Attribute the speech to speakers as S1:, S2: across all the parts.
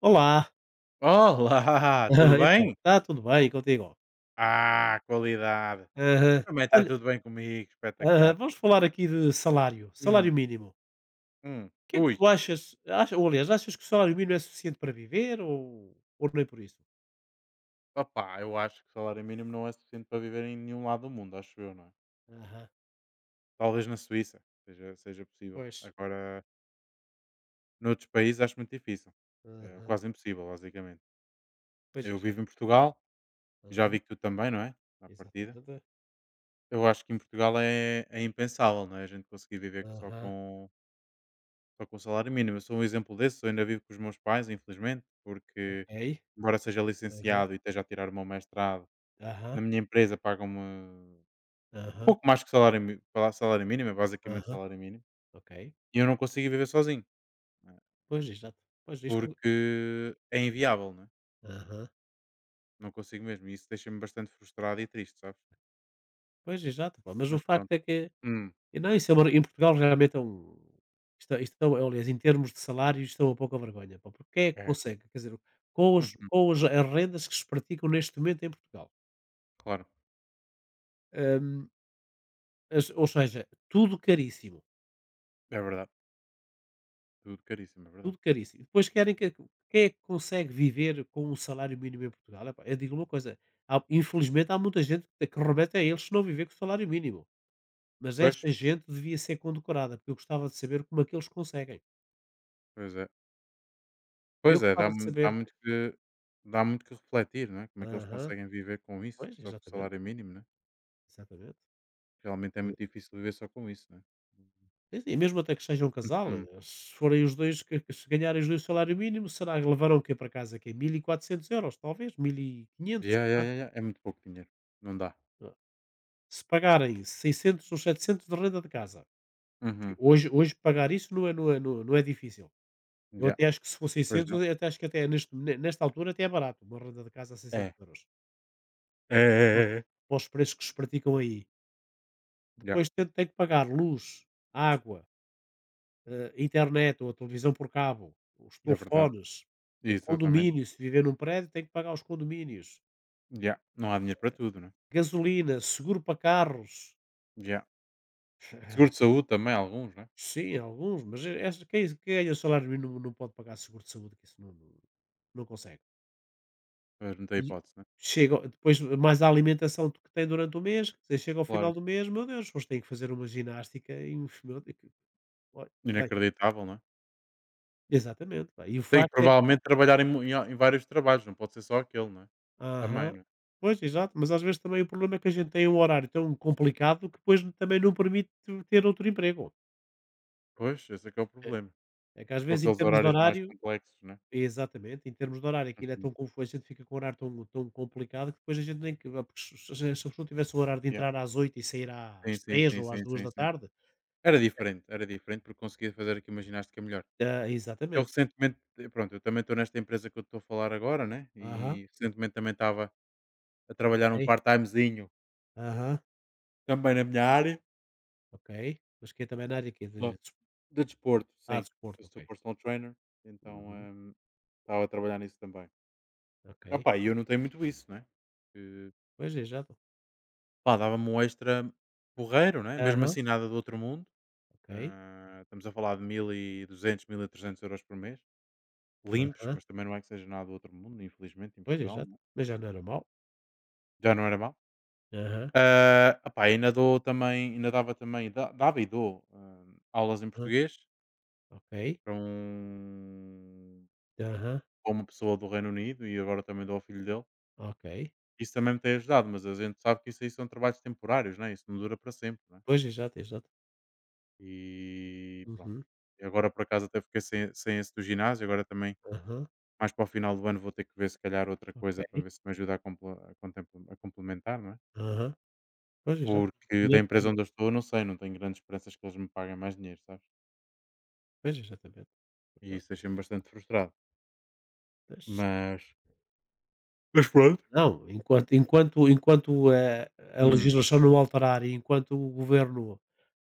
S1: Olá,
S2: Olá, tudo
S1: então,
S2: bem?
S1: está tudo bem contigo?
S2: Ah, qualidade.
S1: Aham.
S2: Também está
S1: Olha,
S2: tudo bem comigo,
S1: aham,
S2: espetacular.
S1: vamos falar aqui de salário, salário
S2: Hum,
S1: mínimo.
S2: hum.
S1: O que é que
S2: Ui,
S1: tu achas, acha ou aliás, achas que o salário mínimo é suficiente para viver ou nem por isso?
S2: opá, eu acho que o salário mínimo não é suficiente para viver em nenhum lado do mundo, acho eu, não é?
S1: Aham,
S2: Talvez na Suíça seja, seja possível.
S1: pois.
S2: Agora, noutros países acho muito difícil. É
S1: Aham,
S2: quase impossível, basicamente.
S1: pois,
S2: Eu vivo
S1: exato.
S2: em Portugal, já vi
S1: Aham,
S2: que tu também, não é? Na partida.
S1: exatamente.
S2: Eu acho que em Portugal é impensável, não é? A gente conseguir viver só
S1: Aham,
S2: com Só com o salário mínimo. Eu sou um exemplo desses, eu ainda vivo com os meus pais, infelizmente, porque,
S1: ok.
S2: embora seja
S1: Aham,
S2: licenciado e esteja a tirar o meu mestrado,
S1: aham,
S2: na minha empresa pagam-me
S1: aham,
S2: pouco mais que salário, salário mínimo, é basicamente
S1: aham,
S2: salário mínimo,
S1: ok.
S2: e eu não consigo viver sozinho, né,
S1: Pois, exato. Pois, isto
S2: porque é inviável, né?
S1: aham,
S2: Não consigo mesmo, e isso deixa-me bastante frustrado e triste, sabes?
S1: pois, exato, pá, mas o
S2: Mas
S1: facto
S2: pronto.
S1: é que
S2: Hum,
S1: e não, isso é uma em Portugal realmente é um isto é aliás, em termos de salários, isto é uma pouca vergonha, pá, porque quem é que
S2: é.
S1: consegue? Quer dizer, com os
S2: Uhum,
S1: com as rendas que se praticam neste momento em Portugal,
S2: claro,
S1: hum, as ou seja, tudo caríssimo,
S2: é verdade. Tudo caríssimo, é verdade.
S1: tudo caríssimo. E depois querem que quem é que consegue viver com um salário mínimo em Portugal? Epá, eu digo uma coisa, há infelizmente há muita gente que remete a eles se não viver com o salário mínimo, mas
S2: Pois,
S1: esta gente devia ser condecorada, porque eu gostava de saber como é que eles conseguem.
S2: pois é.
S1: Eu
S2: Pois é,
S1: gostava de saber
S2: dá muito que refletir, não é? Como é que eles
S1: aham,
S2: conseguem viver com isso,
S1: pois,
S2: só com o
S1: exatamente.
S2: salário mínimo, né?
S1: Exatamente.
S2: Realmente é muito difícil viver só com isso, né? Uhum.
S1: E sim, mesmo até que sejam um casal,
S2: Uhum.
S1: se forem os 2 que se ganharem os 2, o salário mínimo, será que levarão o quê para casa? Que 1.400 euros talvez?
S2: Yeah, yeah,
S1: €1.500?
S2: yeah,
S1: Ah.
S2: yeah. É muito pouco dinheiro. Não dá.
S1: Hã. Se pagarem 600 ou 700 de renda de casa, que
S2: Uhum.
S1: hoje pagar isso não é difícil. Eu
S2: Yeah.
S1: até acho que se for
S2: Pois
S1: 600, eu
S2: não.
S1: até acho que até neste ne nesta altura até é barato, uma renda de casa a
S2: É.
S1: €600
S2: É,
S1: para os
S2: é, é, é.
S1: preços que se praticam aí.
S2: Yeah.
S1: Depois tem que pagar luz, água, a internet ou a televisão por cabo, os
S2: É verdade.
S1: telefones,
S2: Exatamente.
S1: condomínios, se viver num prédio tem que pagar os condomínios,
S2: Yeah. Não há dinheiro para tudo, né?
S1: gasolina, seguro para carros.
S2: Yeah. Seguro
S1: Eh,
S2: de saúde também, alguns, né?
S1: Sim, alguns, mas quem ganha o salário mínimo não, não pode pagar seguro de saúde, que isso não consegue.
S2: Mas não tem
S1: E
S2: hipótese, né?
S1: chega, depois mais a alimentação que tem durante o mês, que você chega ao final
S2: Claro.
S1: do mês, meu Deus, depois tem que fazer uma ginástica e um, meu Deus, olha, bem,
S2: Inacreditável, né?
S1: exatamente. Pá, e o
S2: Tem que
S1: facto é
S2: provavelmente trabalhar em, em, em vários trabalhos, não pode ser só aquele, né? Também,
S1: aham.
S2: né?
S1: Pois, exato, mas às vezes também o problema é que a gente tem um horário tão complicado que depois também não permite ter outro emprego.
S2: Pois, esse é que é o
S1: É.
S2: problema.
S1: É que às
S2: Com
S1: vezes em
S2: aqueles
S1: termos de
S2: horários mais
S1: horário
S2: complexos, né?
S1: exatamente, em termos de horário aquilo é
S2: Uhum.
S1: tão confuso a gente fica com o horário tão complicado que depois a gente nem que porque se a pessoa tivesse um horário de
S2: Yeah.
S1: entrar às oito e sair
S2: Sim,
S1: às
S2: sim,
S1: três
S2: sim,
S1: ou às
S2: sim, sim, sim.
S1: 14h, eu sei.
S2: Era diferente porque conseguia fazer aqui uma ginástica melhor.
S1: Ah,
S2: Eu
S1: exatamente.
S2: recentemente, pronto, eu também estou nesta empresa que eu estou a falar agora, né?
S1: Aham.
S2: E recentemente também estava a trabalhar um
S1: Ok.
S2: part-timezinho
S1: Aham.
S2: também na minha área.
S1: Ok. Mas que é também na área quê?
S2: Bom,
S1: De
S2: de desporto, sim. Eu
S1: desporto, ok.
S2: sou personal trainer, então
S1: Uhum.
S2: estava a trabalhar nisso também.
S1: Ok.
S2: Opa, e eu não tenho muito isso, né? Que,
S1: Pois, exato.
S2: pá, dava-me um extra porreiro, né? Mesmo
S1: Aham.
S2: assim, nada do outro mundo.
S1: Ok.
S2: Ah, estamos a falar de mil e duzentos 1.300 € por mês, limpos,
S1: Aham.
S2: mas também não é que seja nada do outro mundo, infelizmente, em
S1: Pois,
S2: Portugal,
S1: exato.
S2: não é?
S1: Mas já não era mau.
S2: Já não era mal.
S1: Aham,
S2: Ah, opá, ainda dou também, ainda dava também, dava e dou aulas em
S1: hã.
S2: português
S1: Ok.
S2: para, um,
S1: Aham,
S2: para uma pessoa do Reino Unido e agora também dou ao filho dele.
S1: ok.
S2: Isso também me tem ajudado, mas a gente sabe que isso aí são trabalhos temporários, né? Isso não dura para sempre. Né?
S1: Pois, exato, exato.
S2: E pronto.
S1: Uhum.
S2: E agora por acaso até fiquei sem, sem esse do ginásio, agora também.
S1: Aham.
S2: Mais para o final do ano vou ter que ver se calhar outra coisa para
S1: Ok.
S2: ver se me ajuda a compla a contempla a complementar, não é?
S1: Aham. Pois, exato.
S2: Porque da
S1: Podia
S2: empresa
S1: fazer.
S2: onde eu estou não sei, não tenho grandes esperanças que eles me paguem mais dinheiro, sabes?
S1: Pois, exatamente. Opa,
S2: E isso deixa-me bastante frustrado.
S1: mas
S2: Mas mas pronto.
S1: não, a
S2: Hum.
S1: legislação não alterar e enquanto o governo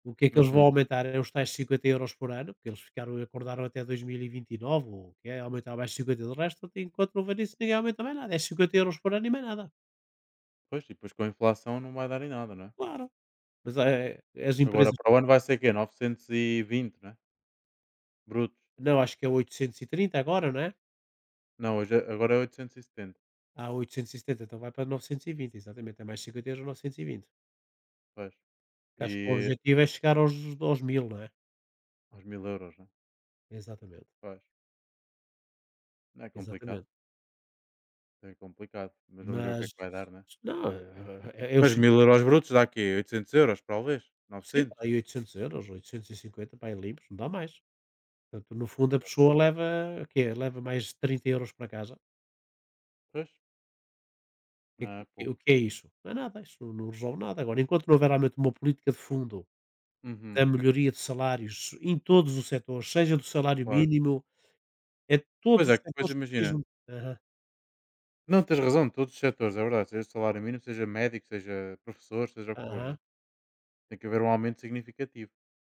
S1: o que é que eles vão
S2: Uhum.
S1: aumentar é os tais 50 euros por ano, porque eles ficaram acordaram até 2029 ou o que é, aumentar mais 50, do resto enquanto não houver isso ninguém aumenta mais nada, é €50 por ano e mais nada.
S2: Pois, e depois com a inflação não vai dar em nada, não é?
S1: Claro, mas, as
S2: Agora
S1: empresas
S2: para o ano vai ser quê? 920, não é? Brutos.
S1: não, acho que é 830 agora, não é?
S2: Não, hoje é agora é 870.
S1: Há 870, então vai para 920, exatamente. É mais 50 euros, 920.
S2: Pois.
S1: Que acho que o
S2: E
S1: objetivo é chegar aos mil, não é?
S2: aos 1000€, não é?
S1: Exatamente,
S2: Pois. Não. É complicado,
S1: exatamente.
S2: é complicado, mas vamos ver o que
S1: Mas,
S2: é que vai dar, não é?
S1: não, é, é os
S2: Mas mil
S1: 50,
S2: euros brutos dá quê? Euros talvez?
S1: sim,
S2: 900?
S1: para aí 800€, 850, para aí limpos, não dá mais. Portanto, no fundo, a pessoa leva, o quê? Leva mais 30€ para casa.
S2: Pois,
S1: O que, é
S2: não é
S1: que-
S2: pouco.
S1: o que é isso? Não é nada, isso não resolve nada. Agora, enquanto não houver realmente uma política de fundo
S2: Uhum,
S1: da melhoria de salários em todos os setores, seja do salário
S2: claro.
S1: mínimo é todos
S2: Pois
S1: os
S2: é, que
S1: setores
S2: depois imagina
S1: precisam aham,
S2: não, tens razão, todos os setores, é verdade, seja salário mínimo, seja médico, seja professor, seja o que for, não
S1: aham,
S2: é? Tem que haver um aumento significativo.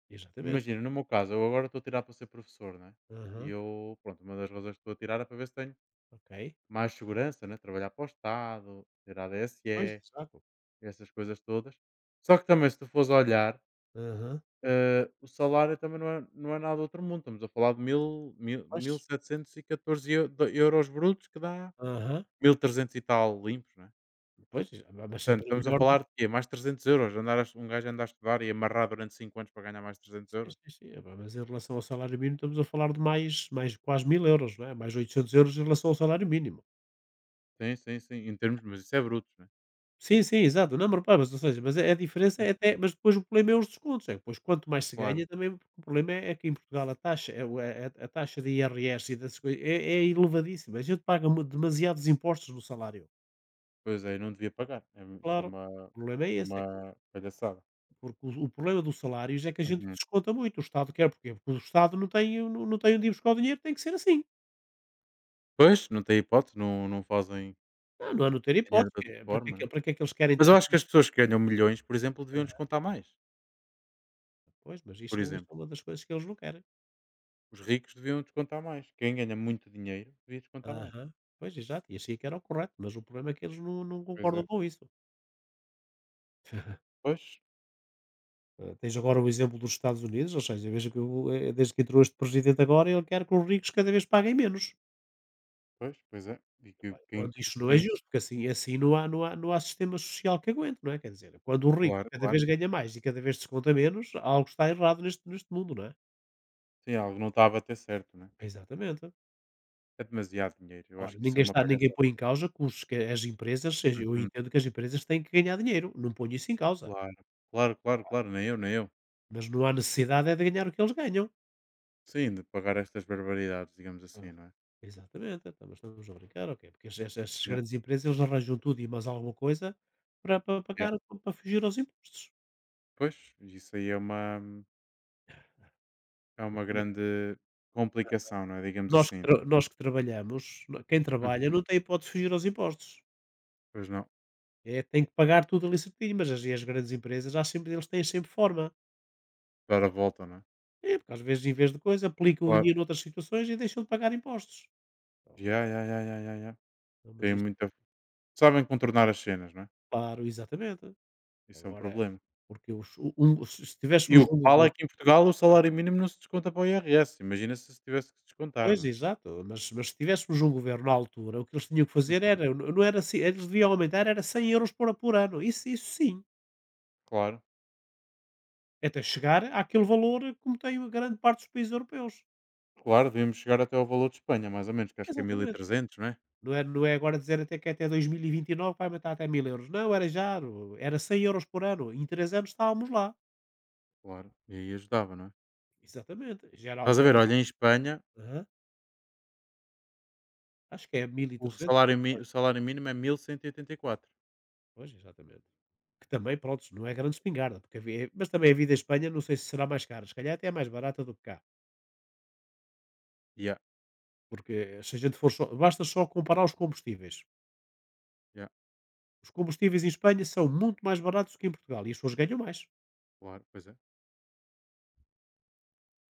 S1: exatamente.
S2: Imagina, no meu caso, eu agora estou a tirar para ser professor, não é? E
S1: Aham,
S2: eu, pronto, uma das razões que estou a tirar é para ver se tenho
S1: ok.
S2: mais segurança, né, trabalhar para o Estado, ter a
S1: Pois,
S2: ADSE,
S1: exato.
S2: essas coisas todas. Só que também se tu fores olhar.
S1: Aham,
S2: O salário também não é, não é nada do outro mundo. Estamos a falar de
S1: pois,
S2: 1.714 euros brutos, que dá
S1: aham,
S2: 1.300 e trezentos e tal limpos, não é?
S1: pois, exa- ma mas
S2: Portanto,
S1: sempre é
S2: estamos a
S1: melhor do
S2: falar
S1: que.
S2: de quê? Mais 300 euros. Um gajo andar a estudar e amarrar durante 5 anos para ganhar mais 300
S1: Sim,
S2: euros.
S1: sim, sim, epá, mas em relação ao salário mínimo estamos a falar de mais quase 1.000€, não é, mais 800€ em relação ao salário mínimo.
S2: Sim, sim, sim. Em termos, mas isso é brutos, né.
S1: Sim, sim, exato, não, mas repara, mas ou seja, mas a diferença
S2: Hum,
S1: é até mas depois o problema é os descontos, é que depois quanto mais se
S2: claro.
S1: ganha também o problema é que em Portugal a taxa é o é a taxa de IRS e dessas coisas é elevadíssima, a gente paga mu demasiados impostos no salário.
S2: Pois é, eu não devia pagar. É, isso
S1: Claro, o problema é
S2: é
S1: esse, é que
S2: uma palhaçada.
S1: porque o problema dos salários é que a gente
S2: Uhum.
S1: desconta muito, o Estado quer porquê? Porque o Estado não tem onde ir buscar o dinheiro, tem que ser assim.
S2: Pois, não tem hipótese, não, não fazem
S1: Não, não há não ter
S2: dinheiro
S1: hipótese,
S2: de outra
S1: para que é
S2: forma,
S1: que
S2: né?
S1: para que é que eles querem
S2: Mas eu
S1: tanto
S2: acho que as pessoas que ganham milhões, por exemplo, deviam
S1: aham,
S2: descontar mais,
S1: pois, mas isso
S2: por
S1: isso é
S2: exemplo.
S1: uma das coisas que eles não querem.
S2: Os ricos deviam descontar mais. Quem ganha muito dinheiro devia descontar mais.
S1: Aham. Pois, exato, e assim é que era o correto, mas o problema é que eles não
S2: Pois é.
S1: concordam com isso.
S2: Pois,
S1: Eh, tens agora o exemplo dos Estados Unidos, ou seja, veja desde que entrou este presidente agora, ele quer que os ricos cada vez paguem menos.
S2: pois, pois é.
S1: Olha, quando isto não é
S2: Quem,
S1: justo, porque assim não há sistema social que aguente, não é, quer dizer, quando o rico
S2: Claro,
S1: cada
S2: claro.
S1: vez ganha mais e cada vez desconta menos, algo está errado neste mundo, não é?
S2: Sim, algo não estava a ter certo, né?
S1: Exatamente.
S2: É demasiado dinheiro. Eu acho
S1: Ora,
S2: que isso é uma
S1: ninguém
S2: palhaçada.
S1: põe em causa que as empresas seja, eu
S2: Uhum,
S1: entendo que as empresas têm que ganhar dinheiro, não ponho isso em causa,
S2: claro, claro, claro, claro. Nem eu, nem eu.
S1: mas não há necessidade é de ganhar o que eles ganham.
S2: Sim, de pagar estas barbaridades, digamos
S1: Ah.
S2: assim, não é?
S1: Exatamente, então, mas estamos a brincar ou quê? Porque es es estas
S2: Yeah,
S1: grandes empresas eles arranjam tudo e mais alguma coisa para
S2: yeah.
S1: pagar para fugir aos impostos.
S2: Pois, isso aí é uma grande complicação, não é? Digamos assim.
S1: Nós que trabalhamos, quem trabalha
S2: Hum,
S1: não tem hipótese de fugir aos impostos.
S2: Pois não.
S1: É, tem que pagar tudo ali certinho, mas as e as grandes empresas há sempre eles têm sempre forma.
S2: Dar a volta, não é?
S1: É, porque às vezes em vez de coisa aplicam o
S2: Claro.
S1: dinheiro noutras situações e deixam de pagar impostos. Então,
S2: Yeah, yeah, yeah, yeah, yeah, yeah.
S1: não, mas
S2: Tem
S1: isto
S2: muita. Sabem contornar as cenas, não é?
S1: claro, exatamente.
S2: Isso é um
S1: Agora,
S2: problema.
S1: porque os o um se
S2: E
S1: tivéssemos
S2: o que
S1: um
S2: vale é
S1: governo
S2: que em Portugal o salário mínimo não se desconta para o IRS, imagina se se tivesse que se descontar,
S1: pois,
S2: não é?
S1: exato, mas se tivéssemos um governo na altura, o que eles tinham que fazer
S2: Uhum.
S1: era não era assim eles deviam aumentar era 100€ por ano, isso isso sim.
S2: Claro,
S1: Até chegar àquele valor como tem a grande parte dos países europeus.
S2: claro, devíamos chegar até ao valor de Espanha, mais ou menos, que acho que é mil e
S1: Exatamente.
S2: trezentos, não é?
S1: Não é agora dizer até que até 2029 vai aumentar até 1.000 euros. Não, era já, era 100 euros por ano. Em 3 anos estávamos lá.
S2: Claro, e aí ajudava, não é?
S1: Exatamente. Geral
S2: Estás a ver,
S1: geral
S2: olha, em Espanha
S1: aham. Acho que é mil e
S2: o
S1: trezentos
S2: salário, o salário mínimo é 1.184.
S1: Pois, exatamente. Que também, pronto não é grande espingarda, porque mas também a vida em Espanha não sei se será mais cara. Se calhar até é mais barata do que cá,
S2: Ya,
S1: porque se a gente for só basta só comparar os combustíveis.
S2: ya,
S1: Os combustíveis em Espanha são muito mais baratos que em Portugal e as pessoas ganham mais.
S2: claro, pois é.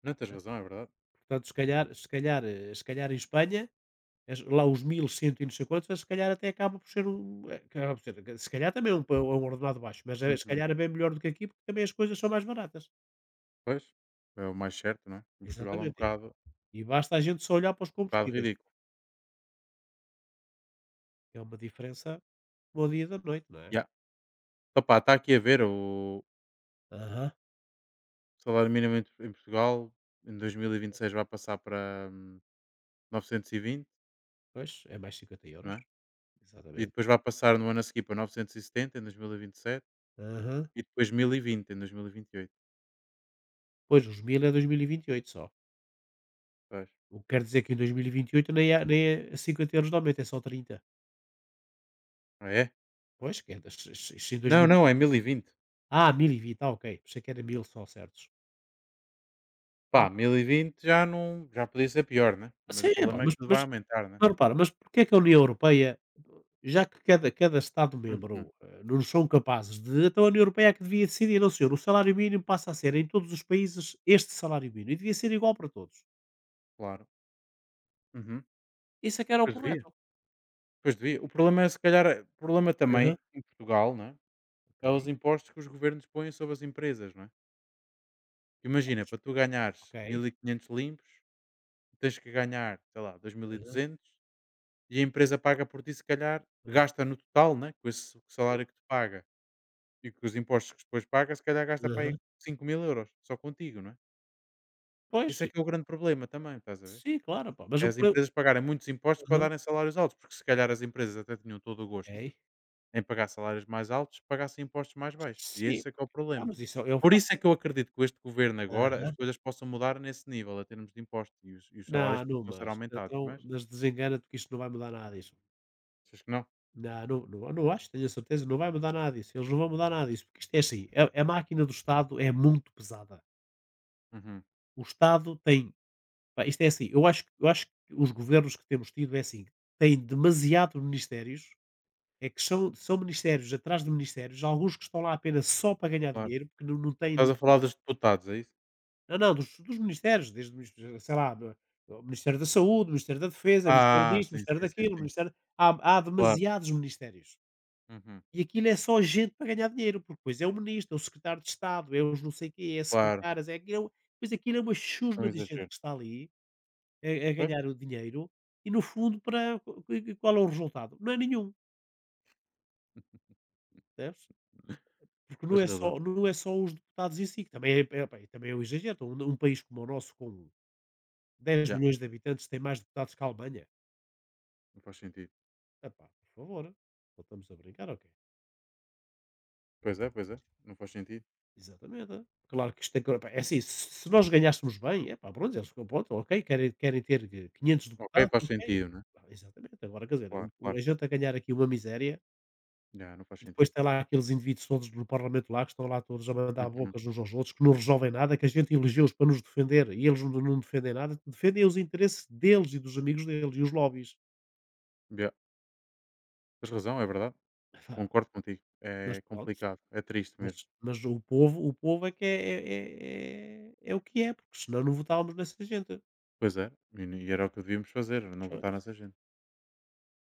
S2: Não tens razão, é verdade.
S1: Portanto, se calhar em Espanha, lá os mil cento e não sei quantos, se calhar até acaba por ser um. Acaba por ser, se calhar também é um, é um ordenado baixo, mas se
S2: Uhum.
S1: calhar é bem melhor do que aqui, porque também as coisas são mais baratas.
S2: Pois, é o mais certo, não é? Em Portugal é
S1: Exatamente. E, e basta a gente só olhar para os
S2: um bocado
S1: combustíveis,
S2: ridículo.
S1: é uma diferença bom dia e da noite, não é?
S2: Ya. Opa, está aqui a ver o,
S1: Aham.
S2: O salário mínimo em Portugal em 2026 vai passar para, 920,
S1: Pois, é mais 50
S2: não
S1: euros.
S2: é? E
S1: Exatamente.
S2: depois vai passar no ano a seguir para 970 em 2027 e vinte e sete
S1: Aham.
S2: e depois 1020 em 2028.
S1: Pois, os 1000 é 2028 só.
S2: Pois.
S1: O que quer dizer que em 2028 nem é 50€ de aumento, é só trinta.
S2: Ah, é?
S1: Pois, que é, se em
S2: Não, não, é
S1: 2028
S2: 1020.
S1: 1020, ah, ok, pensei que era 1000 só, certos.
S2: Pá,
S1: Ah,
S2: 1020 já não já podia ser pior, né? Mas o
S1: sim, epá,
S2: problema é
S1: mas
S2: que tudo vai
S1: mas
S2: aumentar, né?
S1: mas repara, mas porquê é que a União Europeia, já que cada Estado
S2: Uhum,
S1: membro, não são capazes de então a União Europeia é que devia decidir, não senhor, o salário mínimo passa a ser em todos os países este salário mínimo e devia ser igual para todos.
S2: claro. Uhum.
S1: Isso é que era o
S2: Pois
S1: correto.
S2: devia, pois devia. O problema é se calhar o problema
S1: Aham,
S2: também em Portugal, não é? É os
S1: ok.
S2: impostos que os governos põem sobre as empresas, não é? Imagina, para tu ganhares
S1: Ok.
S2: 1500 limpos tens que ganhar, sei lá, 2.200
S1: Aham,
S2: e duzentos e a empresa paga por ti, se calhar,
S1: aham,
S2: gasta no total, né, com esse
S1: ok.
S2: salário que te paga e com os impostos que depois paga, se calhar gasta para aí
S1: Aham.
S2: 5.000 € só contigo, não é?
S1: Pois,
S2: Esse é
S1: sim,
S2: que é o grande problema também, estás a ver?
S1: sim, claro, pá, mas
S2: É
S1: o
S2: as
S1: problema
S2: empresas pagarem muitos impostos para
S1: aham,
S2: darem salários altos, porque se calhar as empresas até tinham todo o gosto
S1: ok.
S2: em pagar salários mais altos, pagassem impostos mais baixos. E
S1: Sim,
S2: esse é que é o
S1: ah,
S2: problema.
S1: mas isso é um
S2: Por
S1: fato.
S2: isso é que eu acredito que com este governo agora as coisas possam mudar nesse nível, a termos de impostos e os salários
S1: Não, não
S2: possam ser
S1: mas,
S2: aumentados,
S1: então,
S2: mas
S1: mas desengana-te que isto não vai mudar nada disso.
S2: achas que não?
S1: Não, não, não, não acho, tenho a certeza, não vai mudar nada disso. Eles não vão mudar nada disso, porque isto é assim, a máquina do Estado é muito pesada.
S2: Uhum.
S1: O Estado tem, pá, isto é assim, que eu acho que os governos que temos tido é assim, têm demasiado ministérios, é que são ministérios atrás de ministérios, alguns que estão lá apenas só para ganhar
S2: Claro.
S1: dinheiro, porque não têm.
S2: Estás a falar dos deputados, é isso?
S1: Não, não, dos ministérios, desde o ministério, sei lá, do o Ministério da Saúde, o Ministério da Defesa, o Ministério
S2: Ah,
S1: disto, o
S2: sim,
S1: Ministério
S2: sim, sim,
S1: daquilo, o
S2: sim.
S1: Ministério há
S2: Claro.
S1: demasiados ministérios.
S2: Uhum.
S1: E aquilo é só gente para ganhar dinheiro, porque depois é o ministro, é o secretário de Estado, é os não sei quê, é
S2: Claro.
S1: secretárias, é aquilo pois aquilo é uma
S2: É um
S1: chusma de gente
S2: exagero.
S1: que está ali a
S2: Pois,
S1: ganhar o dinheiro e no fundo para qu qu qual é o resultado? Não é nenhum, percebes? Porque não
S2: tens
S1: é
S2: razão.
S1: só não é só os deputados em si, que também é pá, também é um exagero, então um país como o nosso com dez
S2: Já.
S1: milhões de habitantes tem mais deputados que a Alemanha.
S2: Não faz sentido.
S1: Epá, por favor, não estamos a brincar, ok.
S2: Pois é, pois é. Não faz sentido.
S1: Exatamente. É. Claro que isto tem que. Epá, é assim, se nós ganhássemos bem, é pá, pronto, eles ficam, pronto, ok, querem ter 500
S2: Ok,
S1: deputados,
S2: faz
S1: ok.
S2: sentido, né?
S1: Ah, exatamente, agora quer dizer,
S2: Claro, claro.
S1: a gente a ganhar aqui uma miséria
S2: Já, não faz
S1: e depois
S2: sentido.
S1: tem lá aqueles indivíduos todos no Parlamento lá que estão lá todos a mandar
S2: Uhum.
S1: bocas uns aos outros que não resolvem nada, que a gente elegeu-os para nos defender e eles não defendem nada, defendem os interesses deles e dos amigos deles e os lobbies.
S2: Já. Tens razão, é verdade.
S1: Epá,
S2: Concordo contigo.
S1: mas
S2: É
S1: pronto,
S2: complicado. É triste
S1: Mas
S2: mesmo.
S1: mas o povo é que é o que é, porque senão não votávamos nessa gente.
S2: Pois é. E era o que devíamos fazer, não votar
S1: Pois.
S2: nessa gente.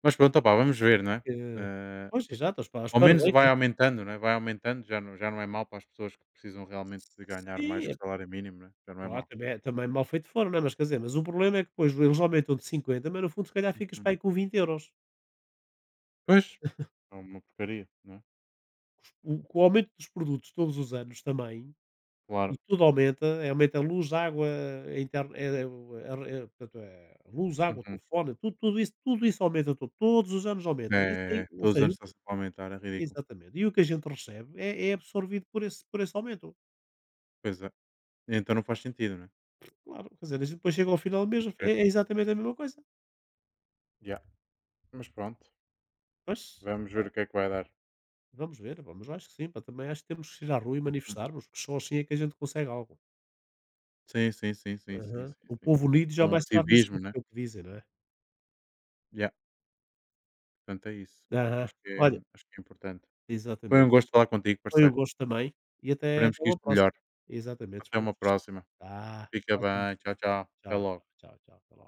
S2: Mas pronto, opá, vamos ver, não é?
S1: Eh,
S2: Eh,
S1: pois, exato, eles pa eles
S2: Ao menos
S1: parabéns
S2: vai aumentando, né, vai aumentando, já não é mal para as pessoas que precisam realmente de ganhar
S1: sim,
S2: mais que o
S1: epá,
S2: salário mínimo, né, já não é
S1: claro,
S2: mal.
S1: também mal feito foram, não é, mas quer dizer, mas o problema é que depois eles aumentam de 50 mas no fundo se calhar ficas
S2: Uhum.
S1: para aí com 20€.
S2: Pois, é uma porcaria, não é?
S1: O Com o aumento dos produtos todos os anos também, e
S2: Claro.
S1: tudo aumenta, é, aumenta a luz, água, a interne eh, a re eh, eh, luz, água,
S2: Uhum.
S1: telefone, tudo isso aumenta, to todos os anos aumenta. Isso tem
S2: É,
S1: ou
S2: todos os
S1: seja
S2: anos está sempre a aumentar, é ridículo.
S1: exatamente. E o que a gente recebe é absorvido por esse aumento.
S2: Pois é, então não faz sentido, né?
S1: Claro, quer dizer, a gente depois chega ao final mesmo
S2: Vamos
S1: é
S2: ver.
S1: é exatamente a mesma coisa.
S2: Yeah, mas pronto,
S1: Mas,
S2: vamos ver
S1: pá,
S2: o que é que vai dar.
S1: vamos ver, vamos acho que sim, pá, também acho que temos que ir à rua e
S2: Uhum.
S1: manifestarmos, que só assim é que a gente consegue algo.
S2: Sim, sim, sim, sim, sim,
S1: Aham.
S2: sim,
S1: O
S2: sim.
S1: povo unido
S2: É um
S1: jamais será vencido,
S2: civismo, né?
S1: é o que dizem, não é?
S2: Yeah, portanto é isso.
S1: Aham.
S2: Acho que é
S1: Olha
S2: acho que é importante. Foi um
S1: exatamente.
S2: gosto falar contigo,
S1: Foi um
S2: parceiro.
S1: gosto também e até
S2: Esperemos
S1: até
S2: que
S1: uma
S2: isto
S1: próxima.
S2: melhore.
S1: Exatamente,
S2: Até
S1: esperamos
S2: uma
S1: que sim.
S2: próxima.
S1: Tá.
S2: Fica
S1: Tchau, tchau.
S2: bem. Tchau,
S1: Fica bem.
S2: tchau. Até
S1: Tchau,
S2: logo.
S1: tchau, tchau, tchau. Até logo.